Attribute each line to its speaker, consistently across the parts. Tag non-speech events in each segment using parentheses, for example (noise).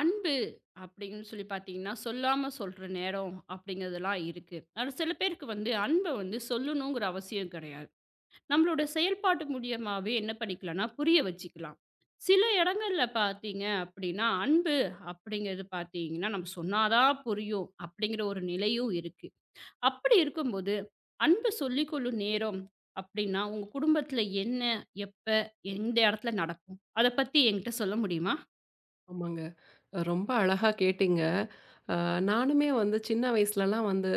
Speaker 1: அன்பு அப்படின்னு சொல்லி பார்த்தீங்கன்னா, சொல்லாம சொல்ற நேரம் அப்படிங்கிறதெல்லாம் இருக்கு. ஆனா சில பேருக்கு வந்து அன்ப வந்து சொல்லணுங்கிற அவசியம் கிடையாது. நம்மளோட செயல்பாட்டு மூலியமாவே என்ன பண்ணிக்கலாம்னா, புரிய வச்சுக்கலாம். சில இடங்கள்ல பார்த்தீங்க அப்படின்னா, அன்பு அப்படிங்கிறது பார்த்தீங்கன்னா, நம்ம சொன்னா தான் புரியும் அப்படிங்கிற ஒரு நிலையும் இருக்கு. அப்படி இருக்கும்போது, அன்பு சொல்லிக்கொள்ளும் நேரம் அப்படின்னா, உங்க குடும்பத்துல என்ன, எப்ப, எந்த இடத்துல நடக்கும்? அத பத்தி என்கிட்ட சொல்ல முடியுமா?
Speaker 2: ஆமாங்க. ரொம்ப அழகா கேட்டீங்க. அ நானுமே வந்து சின்ன வயசுலலாம் வந்து,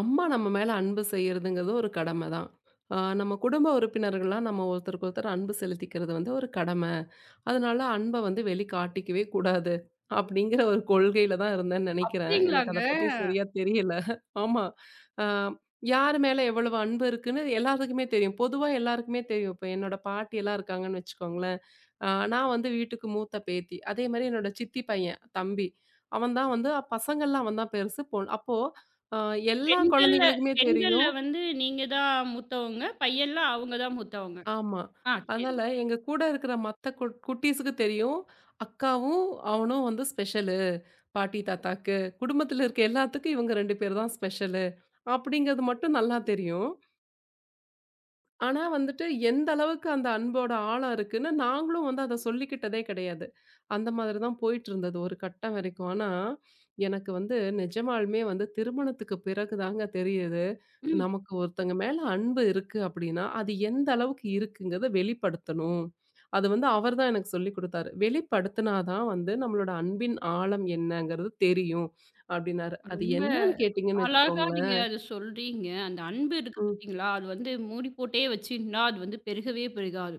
Speaker 2: அம்மா நம்ம மேல அன்பு செய்றதுங்கிறது ஒரு கடம தான். நம்ம குடும்ப உறுப்பினர்கள்லாம் நம்ம ஒருத்தருக்கு ஒருத்தர் அன்பு செலுத்திக்கிறது வந்து ஒரு கடம. அதனால அன்ப வந்து வெளிக்காட்டிக்கவே கூடாது. அப்படிங்கிற ஒரு கொள்கையில தான் இருந்தேன்னு நெனைக்கிறேன். எனக்கு
Speaker 1: அப்படிங்களாங்க.
Speaker 2: அத பத்தி சரியா தெரியல. ஆமா. அ யார் மேல எவ்வளவு அன்பு இருக்குன்னு எல்லாத்துக்குமே தெரியும். பொதுவா எல்லாருக்குமே தெரியும். இப்ப என்னோட பாட்டியெல்லாம் இருக்காங்கன்னு வச்சுக்கோங்களேன். அ நான் வந்து வீட்டுக்கு மூத்த பேத்தி. அதே மாரி என்னோட சித்தி பையன், தம்பி. அவன் தான் வந்து பசங்கள்லாம் அவன் தான் பெருசு. பொண் அப்போ அ எல்லா
Speaker 1: பெண்கள்ல
Speaker 2: குழந்தைங்களுக்குமே
Speaker 1: பெண்கள்ல
Speaker 2: தெரியும்.
Speaker 1: வந்து நீங்க தான் மூத்தவங்க. பையன்ல அவங்க தான் மூத்தவங்க.
Speaker 2: ஆமா.
Speaker 1: ஆ
Speaker 2: அதனால
Speaker 1: சரிங்க.
Speaker 2: எங்க கூட இருக்கிற மத்த குட்டீஸுக்கு தெரியும். அக்காவும், அவனும் வந்து ஸ்பெஷலு. பாட்டி, தாத்தாக்கு. குடும்பத்தில இருக்க எல்லாத்துக்கும் இவங்க 2 பேர் தான் ஸ்பெஷலு. அப்படிங்கிறது மட்டும் நல்லா தெரியும். ஆனா வந்துட்டு எந்த அளவுக்கு அந்த அன்போட ஆழம் இருக்குன்னு நாங்களும் வந்து அத சொல்லிக்கிட்டதே கிடையாது. அந்த மாதிரி தான் போயிட்டுருந்தது ஒரு கட்டம் வரைக்கும். ஆனா, எனக்கு வந்து நிஜமாலுமே வந்து திருமணத்துக்கு பிறகு தாங்க தெரியுது.
Speaker 1: ம்.
Speaker 2: நமக்கு ஒருத்தங்க மேல அன்பு இருக்கு அப்டின்னா, அது எந்த அளவுக்கு இருக்குங்கிறத வெளிப்படுத்தணும். அது வந்து அவர் தான் எனக்கு சொல்லிக் குடுத்தாரு. வெளிப்படுத்தினா தான் வந்து நம்மளோட அன்பின் ஆழம் என்னங்கிறது தெரியும் அப்டின்னாரு. அது
Speaker 1: ரொம்ப
Speaker 2: என்னன்னு கேட்டீங்கன்னு
Speaker 1: அழகா நீங்க
Speaker 2: வச்சுக்கோங்களேன்.
Speaker 1: அத சொல்றீங்க. அந்த அன்பு இருக்கு
Speaker 2: ம்.
Speaker 1: பார்த்தீங்களா? அது வந்து மூடி போட்டே வச்சிருந்தா, அது வந்து பெருகவே பெருகாது.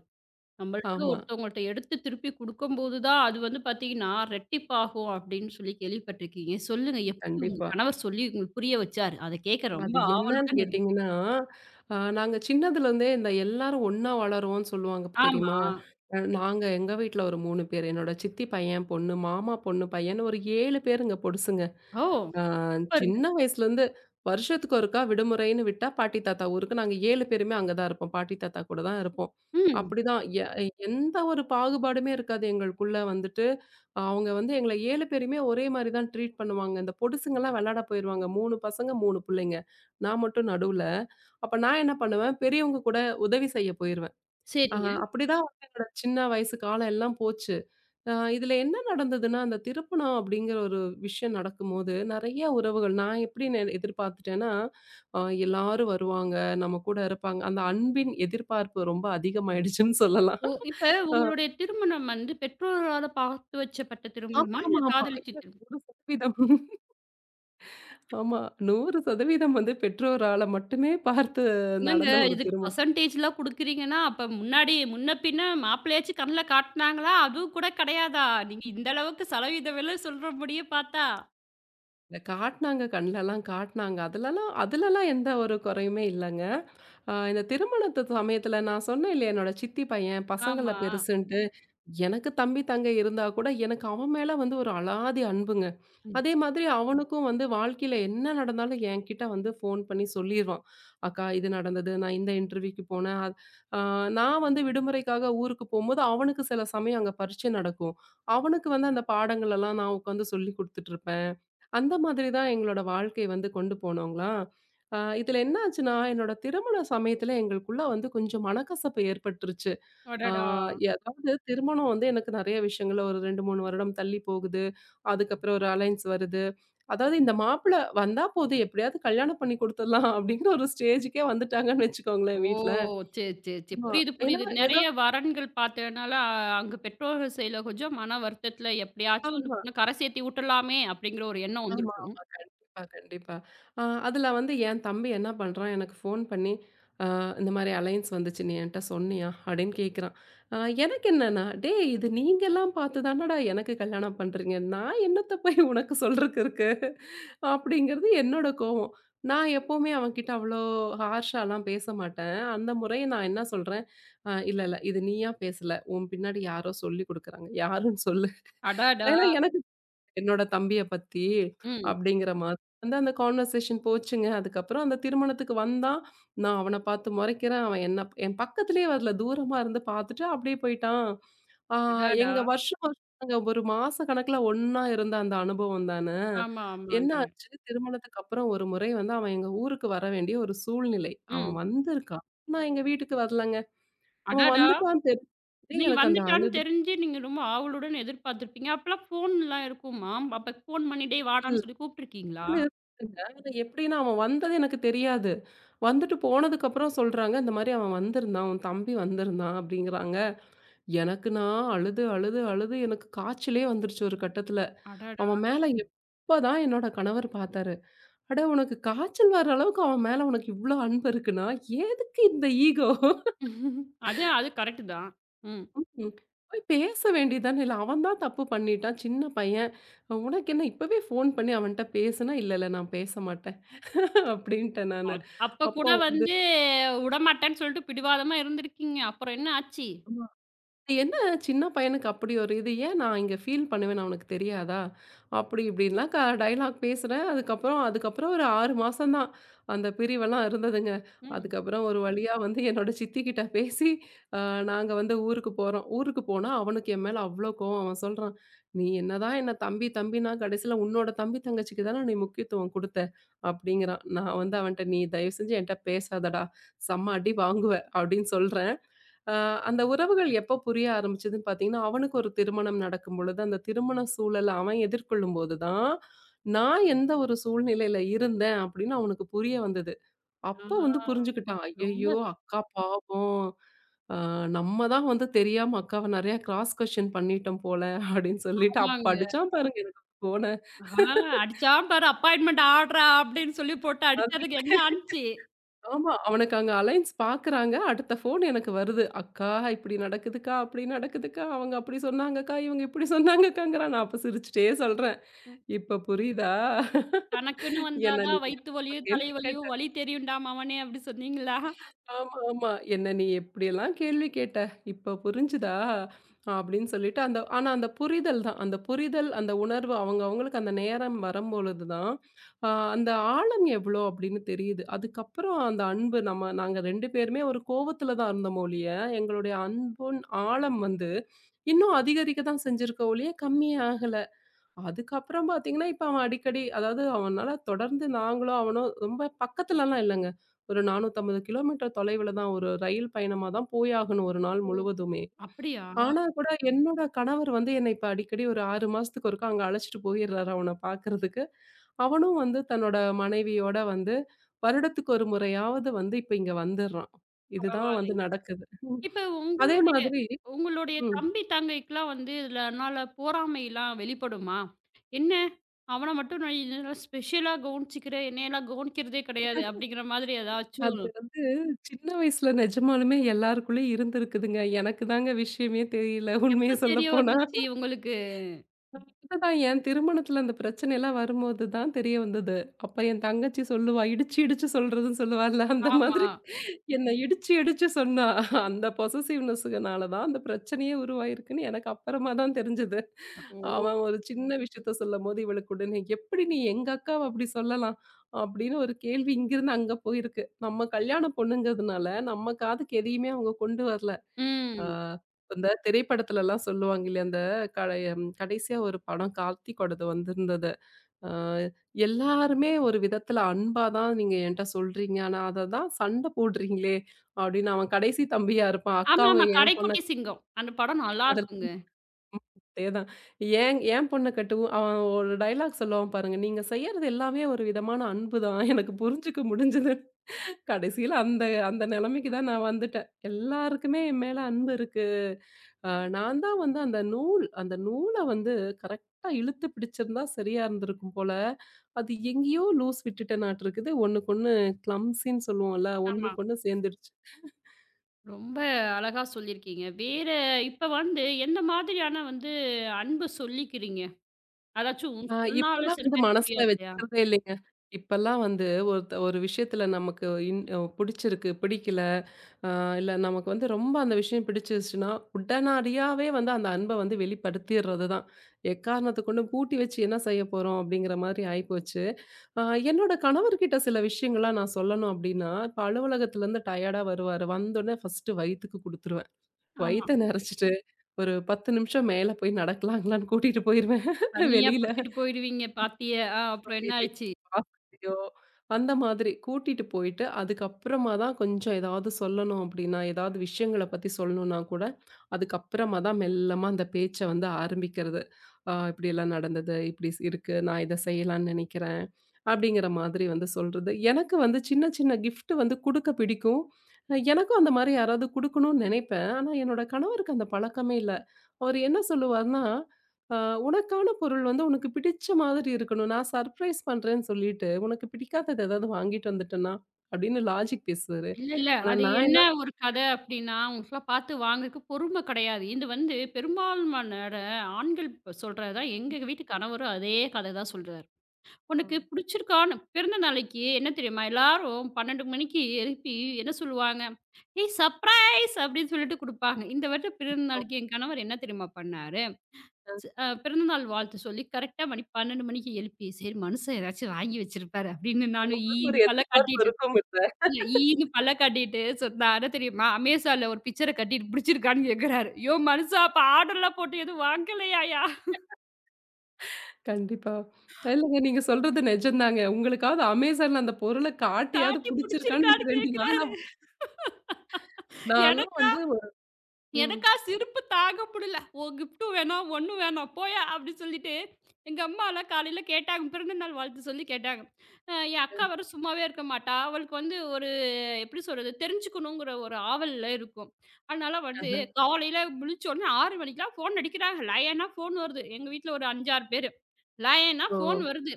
Speaker 1: நம்மள்ட்ட
Speaker 2: ஆமா.
Speaker 1: ஒருத்தவங்கள்ட்ட எடுத்து திருப்பி குடுக்கும்போது தான், அது வந்து பார்த்தீங்கன்னா, ரெட்டிப்பாகும் அப்படின்னு சொல்லி கேள்விப்பட்டுருக்கீங்க. சொல்லுங்க எப்படி உங்க
Speaker 2: கண்டிப்பா.
Speaker 1: கணவர் சொல்லி உங்களுக்கு புரிய வச்சாரு? அத கேட்க ரொம்ப
Speaker 2: அது என்னன்னு
Speaker 1: ஆவலுடன் இருக்கு.
Speaker 2: கேட்டீங்கன்னா, நாங்க சின்னதுலருந்தே இந்த எல்லாரும் ஒண்ணா வளருவோம்ன்னு சொல்லுவாங்க
Speaker 1: ஆமா.
Speaker 2: தெரியுமா? நாங்க எங்க வீட்ல ஒரு 3 பேர். என்னோட சித்தி பையன், பொண்ணு, மாமா பொண்ணு, பையன்னு ஒரு 7 பேருங்க பொடுசுங்க.
Speaker 1: ஓ!
Speaker 2: ஆ,
Speaker 1: சூப்பருங்க.
Speaker 2: சின்ன வயசுலேருந்து வருஷத்துக்கு ஒருக்கா விடுமுறைன்னு விட்டா பாட்டி தாத்தா ஊருக்கு நாங்க 7 பேருமே அங்க தான் இருப்போம். பாட்டி தாத்தா கூட தான் இருப்போம்.
Speaker 1: ம்.
Speaker 2: அப்படிதான் எ எந்த ஒரு பாகுபாடுமே இருக்காது எங்களுக்குள்ள வந்துட்டு. அவங்க வந்து எங்கள 7 பேரையுமே ஒரே மாரி தான் ட்ரீட் பண்ணுவாங்க. இந்த பொடுசுங்கலாம் வெளாட போயிருவாங்க. 3 பசங்க, 3 புள்ளைங்க. நான் மட்டும் நடுவுல. அப்ப நான் என்ன பண்ணுவேன், பெரியவங்க கூட உதவி செய்ய போயிருவேன். ஆ
Speaker 1: சரி.
Speaker 2: அப்படிதான் வந்து என்னோட சின்ன வயசு காலம் எல்லாம் போச்சு. இதுல என்ன நடந்ததுன்னா, அந்த திருப்பணம் அப்படிங்கிற ஒரு விஷயம் நடக்கும்போது, நெறைய உறவுகள் நான் எப்படி எதிர்பார்த்துட்டேன்னா, அ எல்லாரும் வருவாங்க, நம்ம கூட இருப்பாங்க. அந்த அன்பின் எதிர்பார்ப்பு ரொம்ப அதிகமாயிடுச்சுன்னு சொல்லலாம்.
Speaker 1: ஓ! இப்ப
Speaker 2: அ
Speaker 1: உங்களுடைய திருமணம் வந்து பெற்றோரால பார்த்து வச்சப்பட்ட திருமணமா?
Speaker 2: ஆமாமா,
Speaker 1: இல்ல
Speaker 2: ஆமா. ஆமா
Speaker 1: காதலிச்சு
Speaker 2: ஐயோ!
Speaker 1: திருமணம்
Speaker 2: 100% ஆமா. 100% வந்து பெற்றோரால மட்டுமே பார்த்து
Speaker 1: என்னங்க?
Speaker 2: நடந்த ஒரு
Speaker 1: இதுக்கு
Speaker 2: திருமணம்.
Speaker 1: பெர்சன்டேஜ்லாம் குடுக்குறீங்கன்னா, அப்ப முன்னாடி முன்ன பின்ன மாப்பிள்ளையாச்சும் கண்ல காட்டுனாங்களா? அதுவும் கூட கிடையாதா? நீங்க இந்த அளவுக்கு சலவீத விலை சொல்றபடியே பார்த்தா.
Speaker 2: இத காட்டுனாங்க, கண்லலாம் காட்டுனாங்க. அதுலலாம் அதுலலாம் எந்த ஒரு குறையுமே இல்லங்க. இந்த திருமணத்து சமயத்துல நான் சொன்னேன் இல்லையா, என்னோட சித்தி பையன் பசங்கள்ல
Speaker 1: ஆமா.
Speaker 2: பெருசுன்ட்டு. எனக்கு தம்பி, தங்கை இருந்தா கூட, எனக்கு அவன் மேல வந்து ஒரு அலாதி அன்புங்க.
Speaker 1: ம்.
Speaker 2: அதே மாதிரி அவனுக்கும் வந்து வாழ்க்கையில என்ன நடந்தாலும் என்கிட்ட வந்து ஃபோன் பண்ணி சொல்லிருவான். "அக்கா இது நடந்தது. நான் இந்த இன்டர்வியூக்கு போனேன். அத் அ நான் வந்து விடுமுறைக்காக ஊருக்கு போம்போது, அவனுக்கு சில சமயம் அங்க பரீட்சை நடக்கும். அவனுக்கு வந்து அந்த பாடங்கள் எல்லாம் நான் உட்காந்து சொல்லிக் குடுத்துட்டுருப்பேன்." அந்த மாதிரி தான் எங்களோட வாழ்க்கை வந்து கொண்டு போனோங்களா. இதுல என்ன ஆச்சுன்னா, என்னோட திருமண சமயத்துல எங்களுக்குள்ள வந்து கொஞ்சம் மனக்கசப்பு ஏற்பட்டுருச்சு. ஆ
Speaker 1: அடடா!
Speaker 2: அதாவது திருமணம் வந்து எனக்கு நெறைய விஷயங்கள்ல ஒரு 2, 3 வருடம் தள்ளி போகுது. அதுக்கப்புறம் ஒரு அலைன்ஸ் வருது. அதாவது இந்த வந்தா போதும் எப்படியாவது கல்யாணம் பண்ணி குடுத்துடலாம் அப்படிங்கிற ஒரு ஸ்டேஜ்க்கே வந்துட்டாங்கன்னு வச்சுக்கோங்களேன்
Speaker 1: ஓ!
Speaker 2: வீட்ல.
Speaker 1: சரி, சரி, சரி.
Speaker 2: ஆமா.
Speaker 1: புரியுது,
Speaker 2: ஏன்னா
Speaker 1: புரியுது.
Speaker 2: ஏதோ
Speaker 1: நெறைய வரன்கள் பார்த்ததுனால, அங்க பெற்றோர்கள் சைடுல கொஞ்சம் மன வருத்தத்துல எப்படியாச்சும் அந்த
Speaker 2: ஆமா.
Speaker 1: பொண்ண கரை சேர்த்தி விட்டுறலாமே அப்படிங்கிற ஒரு எண்ணம்
Speaker 2: ஆமா,
Speaker 1: வந்திருக்கும்.
Speaker 2: ஆமா. கண்டிப்பா, அ அதுல வந்து என் தம்பி என்ன பண்றான், எனக்கு ஃபோன் பண்ணி, "அ இந்த மாரி அலையன்ஸ் வந்துச்சு. நீ என்ட்ட சொன்னியா?" அப்படின்னு கேட்கிறான். அ எனக்கு என்னன்னா, "டேய் இது நீங்கலாம் பார்த்து தானடா எனக்கு கல்யாணம் பண்றீங்க. நான் என்னத்த போய் உனக்கு சொல்றக்கு இருக்கு?" அப்படிங்கிறது என்னோட கோவம். நான் எப்பவுமே அவன்கிட்ட அவ்வளோ ஹார்ஷாலாம் பேச மாட்டேன். அந்த முறை நான் என்ன சொல்றேன், இல்ல, இது நீயா பேசல. உன் பின்னாடி யாரோ சொல்லிக் குடுக்குறாங்க. யாருன்னு சொல்லு."
Speaker 1: அடடா!
Speaker 2: ஏன்னா எனக்கு என்னோட தம்பிய பத்தி
Speaker 1: ம்.
Speaker 2: அப்படிங்கிற மாதிரி வந்து அந்த கான்வர்சேஷன் போச்சுங்க. அதுக்கப்புறம் அந்த திருமணத்துக்கு வந்தான். நான் அவன பார்த்து முறைக்கிறேன். அவன் என்ன என் பக்கத்திலேயே வரல. தூரமா இருந்து பார்த்துட்டு அப்படியே போயிட்டான். ஆ
Speaker 1: அடடா!
Speaker 2: எங்க வருஷம் வருஷம் நாங்க ஒரு மாச கணக்குல ஒண்ணா இருந்த அந்த அனுபவம் தானே.
Speaker 1: ஆமா,
Speaker 2: என்ன
Speaker 1: ஆமாங்க.
Speaker 2: ஆச்சு, திருமணத்துக்கு அப்புறம் ஒரு முறை வந்து அவன் எங்க ஊருக்கு வர வேண்டிய ஒரு சூழ்நிலை. அவன்
Speaker 1: ம்.
Speaker 2: வந்திருக்கான். நான் எங்க வீட்டுக்கு வரலங்க. அவன்
Speaker 1: அடடா!
Speaker 2: வந்துட்டான்னு தெரிஞ்சு
Speaker 1: நீங்க
Speaker 2: எனக்கு அந்த
Speaker 1: வந்துட்டான்னு
Speaker 2: அழுது
Speaker 1: தெரிஞ்சு நீங்க ரொம்ப ஆவலுடன் எதிர்பார்த்திருப்பீங்க. அப்பலாம் ஃபோன்லாம் இருக்குமா? அப்ப ஃபோன் பண்ணி "டேய் வாடான்னு" சொல்லி கூப்பிட்டுருக்கீங்களா?
Speaker 2: எப்படின்னா அவன் வந்தது எனக்கு தெரியாது. வந்துட்டு போனதுக்கப்புறம் சொல்றாங்க, "இந்த மாரி அவன் வந்திருந்தான். உன் தம்பி வந்திருந்தான்" அப்படிங்கிறாங்க. எனக்கு நான் அழுது, அழுது, அழுது எனக்கு காய்ச்சலே வந்துருச்சு ஒரு கட்டத்துல.
Speaker 1: அடடா!
Speaker 2: அவன் மேல எப்பதான் என்னோட கணவர் பார்த்தாரு. "அட உனக்கு காய்ச்சல் வர அளவுக்கு அவன் மேல உனக்கு இவ்ளோ அன்பு இருக்குன்னா, எதுக்கு இந்த ஈகோ?
Speaker 1: அது அது கரெக்ட்டு தான். ம்.
Speaker 2: ம். போய் பேச வேண்டியது தானே! இல்ல அவன் தான் தப்பு பண்ணிட்டான். சின்ன பையன். உனக்கு என்ன இப்பவே ஃபோன் பண்ணி அவன்ட்ட பேசுனா" "இல்ல, நான் பேச மாட்டேன்" அப்படின்ட்டேன் நானு.
Speaker 1: அப்ப
Speaker 2: அப்போ
Speaker 1: கூட
Speaker 2: வந்து
Speaker 1: வந்து உடமாட்டேன்னு சொல்லிட்டு பிடிவாதமா இருந்திருக்கீங்க. அப்புறம் என்ன ஆச்சு?
Speaker 2: என்ன சின்ன பையனுக்கு அப்படி ஒரு இது. ஏன் நான் இங்க ஃபீல் பண்ணுவேன்னு அவனுக்கு தெரியாதா? அப்படி இப்படின்லாம் டயலாக் பேசுறேன். அதுக்கப்புறம் அதுக்கப்புறம் ஒரு 6 மாசம் தான் அந்த பிரிவெல்லாம் இருந்ததுங்க.
Speaker 1: ம்.
Speaker 2: அதுக்கப்புறம் ஒரு வழியா வந்து என்னோட சித்திக்கிட்ட பேசி, அ நாங்க வந்து ஊருக்கு போறோம். ஊருக்கு போனா அவனுக்கு என் மேல அவ்ளோ கோவம். அவன் சொல்றான், "நீ என்னதான் என்ன தம்பி தம்பின்னா, கடைசியில உன்னோட தம்பி தங்கச்சிக்கு தானே நீ முக்கியத்துவம் குடுத்த" அப்படிங்கிறான். நான் வந்து அவன்ட்ட "நீ தயவு செஞ்சு என்ட்ட பேசாதடா, செம்ம அடி வாங்குவ" அப்படின்னு சொல்றேன். அ அந்த உறவுகள் எப்ப புரிய ஆரம்பிச்சதுன்னு பார்த்தீங்கன்னா, அவனுக்கு ஒரு திருமணம் நடக்கும் பொழுது, அந்த திருமண சூழல அவன் எதிர்கொள்ளும்போது தான், நான் எந்த ஒரு சூழ்நிலையில இருந்தேன் அப்படின்னு அவனுக்கு புரிய வந்தது.
Speaker 1: ஆ
Speaker 2: அப்ப வந்து புரிஞ்சுக்கிட்டான்.
Speaker 1: ரொம்ப
Speaker 2: ஐயய்யோ! அக்கா பாவம். அ நம்ம தான் வந்து தெரியாம அக்காவ நெறையா கிராஸ் கொஸ்டின் பண்ணிட்டோம் போல அப்படின்னு சொல்லிட்டு, அப்ப
Speaker 1: ஆமாங்க.
Speaker 2: அடிச்சான் பாருங்க எனக்கு
Speaker 1: ஆ அடிச்சான் பாரு அப்பாயின்ட்மென்ட் ஆட்றா அப்படின்னு சொல்லி போட்டு அடிச்சதுக்கு என்ன
Speaker 2: ஃபோன.
Speaker 1: ஆனுச்சு?
Speaker 2: ஆமா. அவனுக்கு அங்க அலைன்ஸ் பார்க்குறாங்க. அடுத்த ஃபோன் எனக்கு வருது. "அக்கா இப்படி நடக்குதுக்கா, அப்படி நடக்குதுக்கா. அவங்க அப்படி சொன்னாங்கக்கா, இவங்க இப்படி சொன்னாங்கக்காங்கிறான்." நான் அப்ப சிரிச்சுட்டே சொல்றேன்.
Speaker 1: ம்.
Speaker 2: "இப்ப புரியுதா?
Speaker 1: "தனக்குன்னு வந்தா
Speaker 2: என்ன நீ
Speaker 1: தான் வயித்து
Speaker 2: அப்ப
Speaker 1: வலியும்,
Speaker 2: கேள்வி கேட்ட
Speaker 1: தலைவலியும், வலி தெரியும்டா மவனே" அப்படி சொன்னீங்களா?
Speaker 2: ஆமா. "என்ன நீ எப்படியெல்லாம் கேள்வி கேட்ட? இப்ப புரிஞ்சுதா?" அப்படின்னு சொல்லிட்டு அந்த ஆனா அந்த புரிதல் தான். அந்த புரிதல், அந்த உணர்வு அவங்க அவங்களுக்கு அந்த நேரம் வரும்பொழுது தான், அ அந்த ஆழம் எவ்வளோ அப்படின்னு தெரியுது. அதுக்கப்புறம் அந்த அன்பு நாங்க 2 பேருமே ஒரு கோவத்துல தான் இருந்தோமே ஒழிய, எங்களுடைய அன்பின் ஆழம் வந்து இன்னும் அதிகரிக்க தான் செஞ்சிருக்க ஒழிய கம்மியே ஆகல. அதுக்கப்புறம் பார்த்தீங்கன்னா, இப்ப அவன் அடிக்கடி அதாவது அவனால தொடர்ந்து நாங்களும் அவனும் ரொம்ப பக்கத்துலலாம் இல்லங்க. ஒரு 450 கிலோமீட்டர் தொலைவுல தான். ஒரு ரயில் பயணமா தான் போயாகணும் ஒரு நாள் முழுவதுமே.
Speaker 1: அப்படியா?
Speaker 2: ஆனா கூட என்னோட கணவர் வந்து என்னை இப்ப அடிக்கடி ஒரு 6 மாசத்துக்கு ஒருக்கா அங்க அழைச்சிட்டு போயிடுறாரு அவன பார்க்கறதுக்கு. அவனும் வந்து தன்னோட மனைவியோட வந்து வருடத்துக்கு ஒரு முறையாவது வந்து இப்ப இங்க வந்துடுறான். இதுதான்
Speaker 1: பரவால்ல.
Speaker 2: வந்து நடக்குது.
Speaker 1: இப்ப
Speaker 2: அதே
Speaker 1: உங்களுடைய
Speaker 2: மாதிரி
Speaker 1: உங்களுடைய
Speaker 2: ம்.
Speaker 1: தம்பி, தங்கைக்குலாம் வந்து இதுலனால பொறாமைலாம் வெளிப்படுமா? "என்ன அவன மட்டும் நான் இதெல்லாம் ஸ்பெஷலா கவனிச்சுக்கிறேன். என்னையெல்லாம் கவனிக்கிறதே கிடையாது." அப்படிங்கிற மாதிரி ஏதாச்சும்.
Speaker 2: அது வந்து சின்ன வயசுல நெஜமாலுமே எல்லாருக்குள்ளயும் இருந்திருக்குதுங்க. எனக்கு தாங்க விஷயமே தெரியல உண்மைய
Speaker 1: எப்ப தெரிய
Speaker 2: சொல்லப்போனா.
Speaker 1: வந்துச்சு உங்களுக்கு?
Speaker 2: அதுதான் என் திருமணத்துல அந்த பிரச்சனைலாம் வரும்போது தான் தெரிய வந்தது. அப்ப என் தங்கச்சி சொல்லுவா, இடிச்சு இடிச்சு சொல்றதுன்னு சொல்லுவாள்ல, அந்த
Speaker 1: ஆமா.
Speaker 2: மாதிரி என்ன இடிச்சு இடிச்சு சொன்னா. அந்த பொசசிவ்னஸ்னால தான் அந்த பிரச்சனையே உருவாயிருக்குன்னு எனக்கு அப்புறமா தான் தெரிஞ்சது.
Speaker 1: ஓ!
Speaker 2: அவன் ஒரு சின்ன விஷயத்த சொல்லும்போது இவளுக்கு உடனே, "எப்படி நீ எங்க அக்காவ அப்படி சொல்லலாம்?" அப்படின்னு ஒரு கேள்வி இங்கிருந்து அங்க போயிருக்கு. நம்ம கல்யாண பொண்ணுங்கிறதுனால நம்ம காதுக்கு எதையுமே அவங்க கொண்டு வரல. ஆ
Speaker 1: ம்.
Speaker 2: இந்த திரைப்படத்துலலாம் சொல்லுவாங்க இல்லையா, அந்த கடைசியா ஒரு படம் கார்த்திக்கோடது வந்திருந்தது. ஆ எல்லாருமே ஒரு விதத்துல அன்பா தான் நீங்க என்ட்ட சொல்றீங்க. ஆனா அத தான் சண்ட போடுறீங்களே! அப்டின்னு அவன் கடைசி தம்பியா இருப்பான். அக்கா அவங்க
Speaker 1: ஆமாமா.
Speaker 2: என் பொண்ண
Speaker 1: "கடைக்குட்டி சிங்கம்." அந்த படம் நல்லாருக்குங்க.
Speaker 2: அதேதான். ஏன் என் பொண்ண கட்டவும் அவன் ஒரு டயலாக் சொல்லுவான் பாருங்க. நீங்க செய்யறது எல்லாமே ஒரு விதமான அன்பு தான். எனக்கு புரிஞ்சுக்க முடிஞ்சது. கடைசியில அந்த அந்த நிலைமைக்கு தான் நான் வந்துட்டேன். எல்லாருக்குமே என் மேல அன்பு இருக்கு. அ நான் தான் வந்து அந்த நூல வந்து கரெக்ட்டா இழுத்து பிடிச்சிருந்தா சரியா இருந்திருக்கும் போல. அது எங்கேயோ லூஸ் விட்டுட்டேனாட்டுருக்குது. ஒண்ணுக்கொண்ணு கிளம்ப்ஸின்னு சொல்லுவோம்ல,
Speaker 1: ஆமா.
Speaker 2: ஒண்ணுக்கொண்ணு சேர்ந்துடுச்சு.
Speaker 1: ரொம்ப அழகா சொல்லியிருக்கீங்க. வேற இப்ப வந்து எந்த மாதிரியான வந்து அன்பு சொல்லிக்கிறீங்க? அதாச்சும்
Speaker 2: அ
Speaker 1: சொன்னாலும்
Speaker 2: இப்பலாம்
Speaker 1: சில
Speaker 2: வந்து
Speaker 1: பேருக்கு
Speaker 2: மனசுல
Speaker 1: புரியாது இல்லையா?
Speaker 2: வச்சுக்கிறதே இல்லைங்க. இப்பலாம் வந்து ஒருத்த ஒரு விஷயத்துல நமக்கு இன் அ பிடிச்சிருக்கு, பிடிக்கல, அ இல்ல நமக்கு வந்து ரொம்ப அந்த விஷயம் பிடிச்சிருச்சுன்னா, உடனடியாவே வந்து அந்த அன்ப வந்து வெளிப்படுத்திர்றது தான். எக்காரணத்த கொண்டும் பூட்டி வச்சு என்ன செய்ய போறோம் அப்படிங்கிற மாரி ஆயிப்போச்சு. ஆ என்னோட கணவர்கிட்ட சில விஷயங்கள்லாம் நான் சொல்லணும் அப்டின்னா, இப்ப அலுவலகத்துலருந்து டயர்டா வருவாரு. வந்தோனே ஃபர்ஸ்ட்டு வயித்துக்கு குடுத்துருவேன்.
Speaker 1: ஆமா.
Speaker 2: வயித்த நெறச்சுட்டு, ஒரு 10 நிமிஷம் மேல போய் நடக்கலாங்களான்னு கூட்டிட்டு போயிருவேன் (laughs)
Speaker 1: தனியா
Speaker 2: வெளியில.
Speaker 1: புடிச்சிட்டு போயிடுவீங்க பாத்திய. ஆ அப்புறம் என்ன ஆயிடுச்சு?
Speaker 2: ஆசையோ, அந்த மாதிரி கூட்டிட்டு போயிட்டு, அதுக்கப்புறமா தான் கொஞ்சம் ஏதாவது சொல்லணும் அப்படின்னா, ஏதாவது விஷயங்கள பத்தி சொல்லணும்னா கூட, அதுக்கப்புறமா தான் மெல்லமா அந்த பேச்ச வந்து ஆரம்பிக்கிறது. இப்படியெல்லாம் நடந்தது, இப்படி ஸ் இருக்கு, நான் இத செய்யலாம்னு நினைக்கிறேன்." அப்படிங்கிற மாதிரி வந்து சொல்றது. எனக்கு வந்து சின்ன சின்ன கிஃப்ட் வந்து குடுக்க பிடிக்கும். எனக்கும் அந்த மாரி யாராவது குடுக்கணும்னு நினைப்பேன். ஆனா என்னோட கணவருக்கு அந்த பழக்கமே இல்ல. அவரு என்ன சொல்லுவாருன்னா அ உனக்கான பொருள் வந்து உனக்கு பிடிச்ச மாதிரி இருக்கணும். நான் சர்ப்ரைஸ் பண்றேன்னு சொல்லிட்டு, உனக்கு பிடிக்காதது ஏதாவது வாங்கிட்டு வந்துட்டேன்னா, அப்படின்னு லாஜிக் பேசுவாரு.
Speaker 1: இல்ல, இல்ல.
Speaker 2: ஆனா
Speaker 1: அது
Speaker 2: நான்
Speaker 1: என்ன
Speaker 2: என்ன
Speaker 1: ஒரு கத அப்படின்னா, அவங்களுக்குலா பாத்து வாங்கறக்கு பொறுமை கெடையாது. இது வந்து பெரும்பான்மையான ஆண்கள் இப்ப சொல்றதுதான். எங்க வீட்டு கணவரும் அதே கத தான் சொல்றாரு. "உனக்கு
Speaker 2: ம்.
Speaker 1: புடிச்சிருக்கான்னு" பிறந்த நாளைக்கு என்ன தெரியுமா? எல்லாரும் 12 மணிக்கு எழுப்பி என்ன சொல்லுவாங்க? "ஏய் சர்ப்ரைஸ்!" அப்படின்னு சொல்லிட்டு குடுப்பாங்க. இந்த வருடம் பிறந்த நாளைக்கு என் கணவர் என்ன தெரியுமா பண்ணாரு? ஸ் அ பிறந்தநாள் வாழ்த்து சொல்லி கரெக்ட்டா மணி 12 மணிக்கு எழுப்பி, "சரி மனுசன் ஏதாச்சும் வாங்கி வச்சிருப்பாரு" அப்படின்னு நானும்
Speaker 2: ஒரு
Speaker 1: ஈன்னு பல்ல
Speaker 2: எதிர்பார்ப்பு
Speaker 1: காட்டிட்டு,
Speaker 2: இருக்குமில்ல.
Speaker 1: இல்ல ஈன்னு பல்ல காட்டிட்டு சொன்னா என்ன தெரியுமா? அமேசான்ல ஒரு பிக்சர கட்டிட்டு புடிச்சிருக்கான்னு கேட்கிறாரு. "யோ மனுசா! அப்ப ஆர்டர்லாம் போட்டு எதுவும் வாங்கலையாயா?
Speaker 2: கண்டிப்பா. இல்லங்க நீங்க சொல்றது நெஜம்தாங்க. உங்களுக்காவது அமேசான்ல அந்த பொருள காட்டியாவது
Speaker 1: காட்டி
Speaker 2: புடிச்சிருக்கான்னு இந்த
Speaker 1: புடிச்சிருக்கான்னு
Speaker 2: 2 நாள்
Speaker 1: கேட்கிறாரு."
Speaker 2: நான்
Speaker 1: (laughs)
Speaker 2: நான்லாம்
Speaker 1: எனக்கு
Speaker 2: வந்து ம்.
Speaker 1: எனக்கா சிரிப்பு தாங்க முடியல. "ஓ கிஃப்ட்டும் வேணாம், ஒண்ணும் வேணாம் போயா" அப்படின்னு சொல்லிட்டு, எங்க அம்மாலாம் காலையில கேட்டாங்க. பிறந்தநாள் வாழ்த்து சொல்லி கேட்டாங்க. என் அக்கா வேற சும்மாவே இருக்க மாட்டா. அவளுக்கு வந்து ஒரு, எப்படி சொல்றது? தெரிஞ்சுக்கணுங்கிற ஒரு ஆவல்ல இருக்கும். அதனால வந்து
Speaker 2: அஹ.
Speaker 1: காலையில முழிச்ச உடனே 6 மணிக்கெல்லாம் ஃபோன் அடிக்கிறாங்க. லயனா ஃபோன் வருது. எங்க வீட்ல ஒரு 5, 6 பேரு. லயனா
Speaker 2: ஓ!
Speaker 1: ஃபோன் வருது.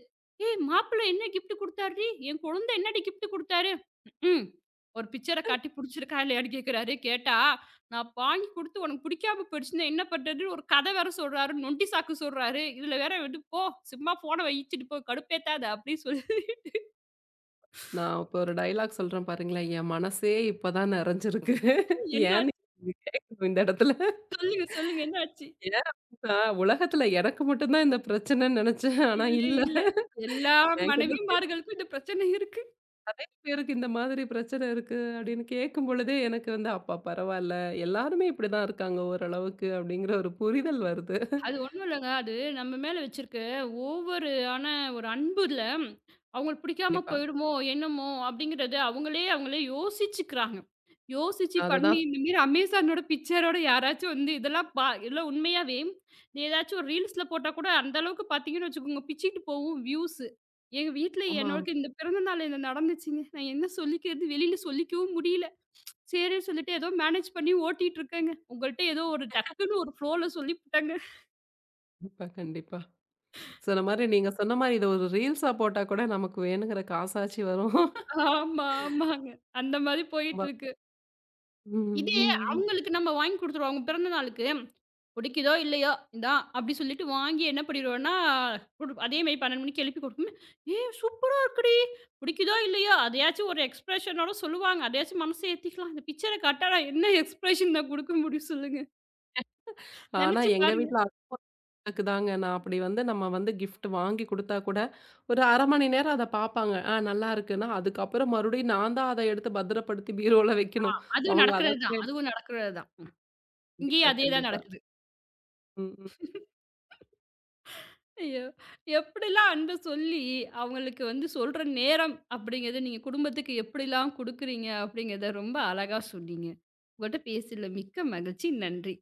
Speaker 1: "ஏய் மாப்பிள்ளை என்ன கிஃப்ட் குடுத்தார்டி? என் குழந்தை என்னடி கிஃப்ட் குடுத்தாரு?" ம்ஹ்ம். ஒரு பிக்சர காட்டி புடிச்சிருக்கா இல்லையான்னு கேட்கிறாரு. கேட்டா, "நான் வாங்கி குடுத்து உனக்கு பிடிக்காம போயிடுச்சுன்னா என்ன பண்றதுன்னு" ஒரு கதை வேற சொல்றாரு. நொண்டி சாக்கு சொல்றாரு. இதுல வேற விட்டு போ! சும்மா ஃபோன வச்சுட்டு போ! கடுப்பேத்தாத அப்படின்னு சொல்லி (laughs)
Speaker 2: நான் இப்ப ஒரு டயலாக் சொல்றேன் பாருங்களேன். என் மனசே இப்ப தான் நிறைஞ்சிருக்கு.
Speaker 1: என்ன
Speaker 2: ஏன்னு
Speaker 1: ஆச்சு?
Speaker 2: நீங்க கேட்கணும் இந்த இடத்துல.
Speaker 1: சொல்லுங்க, சொல்லுங்க. என்ன ஆச்சு?
Speaker 2: ஏன் அப்படின்னா, உலகத்துல எனக்கு மட்டும் தான் இந்த பிரச்சனைன்னு நெனச்சேன். ஆனா
Speaker 1: இல்ல,
Speaker 2: இல்ல.
Speaker 1: இல்ல. எல்லா
Speaker 2: என் கூட சேர்ந்து
Speaker 1: மனைவிமார்களுக்கும் இந்த பிரச்சனை இருக்கு.
Speaker 2: நெறைய பேருக்கு இந்த மாதிரி பிரச்சனை இருக்கு அப்படின்னு கேட்கும் பொழுதே எனக்கு வந்து, அப்பா பரவால்ல. எல்லாருமே இப்படிதான் இருக்காங்க ஓரளவுக்கு அப்படிங்கிற ஒரு புரிதல் வருது.
Speaker 1: அது ஒண்ணும் இல்லங்க. அது நம்ம மேல வச்சிருக்க ஓவரு ஆன ஒரு அன்புல, அவங்களுக்கு பிடிக்காம
Speaker 2: கண்டிப்பா.
Speaker 1: போயிடுமோ! என்னமோ! அப்டிங்கிறத அவங்களே அவங்களே யோசிச்சுக்கிறாங்க. யோசிச்சு பண்ணி
Speaker 2: அதுதான்.
Speaker 1: இந்த மாரி அமேசானோட பிக்சரோட யாராச்சும் வந்து இதெல்லாம் உண்மையாவே நீ ஏதாச்சும் ஒரு ரீல்ஸ்ல போட்டா கூட அந்த அளவுக்கு பார்த்தீங்கன்னு வச்சுக்கோங்க, பிச்சுக்கிட்டு போகும் வியூஸு. எங்க வீட்ல
Speaker 2: ஆமா.
Speaker 1: என்னோட இந்த பிறந்த நாள் என்ன நடந்துச்சுங்க. நான் என்ன சொல்லிக்கிறது? வெளில சொல்லிக்கவும் முடியல. சரின்னு சொல்லிட்டு ஏதோ மேனேஜ் பண்ணி ஓட்டிட்டு இருக்கேங்க. உங்கள்ட்ட ஏதோ ஒரு டக்குன்னு ஒரு ஃப்ளோல சொல்லிப்புட்டேங்க.
Speaker 2: கண்டிப்பா, சொன்ன மாரி நீங்க சொன்ன மாரி இத ஒரு ரீல்ஸா போட்டா கூட நமக்கு வேணுங்கிற காசாச்சு வரும்.
Speaker 1: ஆமா, ஆமாங்க. அந்த மாரி
Speaker 2: ஆமா.
Speaker 1: போயிட்டுருக்கு.
Speaker 2: ம்,
Speaker 1: இதே
Speaker 2: ம்.
Speaker 1: அவங்களுக்கு நம்ம வாங்கி குடுத்துருவோம். அவங்க பிறந்த நாளுக்கு, பிடிக்குதோ இல்லையோ, இந்தா அப்டி சொல்லிட்டு வாங்கி என்ன பண்ணிருவோம்னா, குடு அதே மாரி 12 மணிக்கு எழுப்பி குடுக்கும். "ஏய் சூப்பரா இருக்குடி! பிடிக்குதோ இல்லையோ" அதையாச்சும் ஒரு எக்ஸ்பிரஷனோட சொல்லுவாங்க. அதையாச்சும் மனச ஏத்திக்கலாம். இந்த பிக்சர காட்டா நான் என்ன எக்ஸ்பிரஷன் நான் குடுக்க முடியும் சொல்லுங்க?
Speaker 2: ஆனா
Speaker 1: நெனச்சு
Speaker 2: எங்க
Speaker 1: பாருங்க.
Speaker 2: வீட்ல க்கு தாங்க. நான் அப்படி வந்து நம்ம வந்து கிஃப்ட் வாங்கி குடுத்தா கூட, ஒரு 1/2 மணி நேரம் அத பாப்பாங்க. நல்லா இருக்குன்னா, அதுக்கப்புறம் மறுபடியும் நான் தான் அத எடுத்து பத்திரப்படுத்தி பீரோல வைக்கணும்.
Speaker 1: அதுவும்
Speaker 2: அவங்க அத
Speaker 1: நடக்கிறது தான். அதுவும் நடக்கிறது தான். ம்.
Speaker 2: கண்டிப்பா,
Speaker 1: இங்கேயும் அதே தான்
Speaker 2: கண்டிப்பா.
Speaker 1: நடக்குது.
Speaker 2: ம். ம்.
Speaker 1: ஐயோ! எப்படிலாம் அன்ப சொல்லி, அவங்களுக்கு வந்து சொல்ற நேரம் அப்படிங்கிறத நீங்க குடும்பத்துக்கு எப்படிலாம் குடுக்குறீங்க அப்படிங்கிறத ரொம்ப அழகா சொன்னீங்க. உங்கள்ட்ட பேசல மிக்க மகிழ்ச்சி. நன்றி.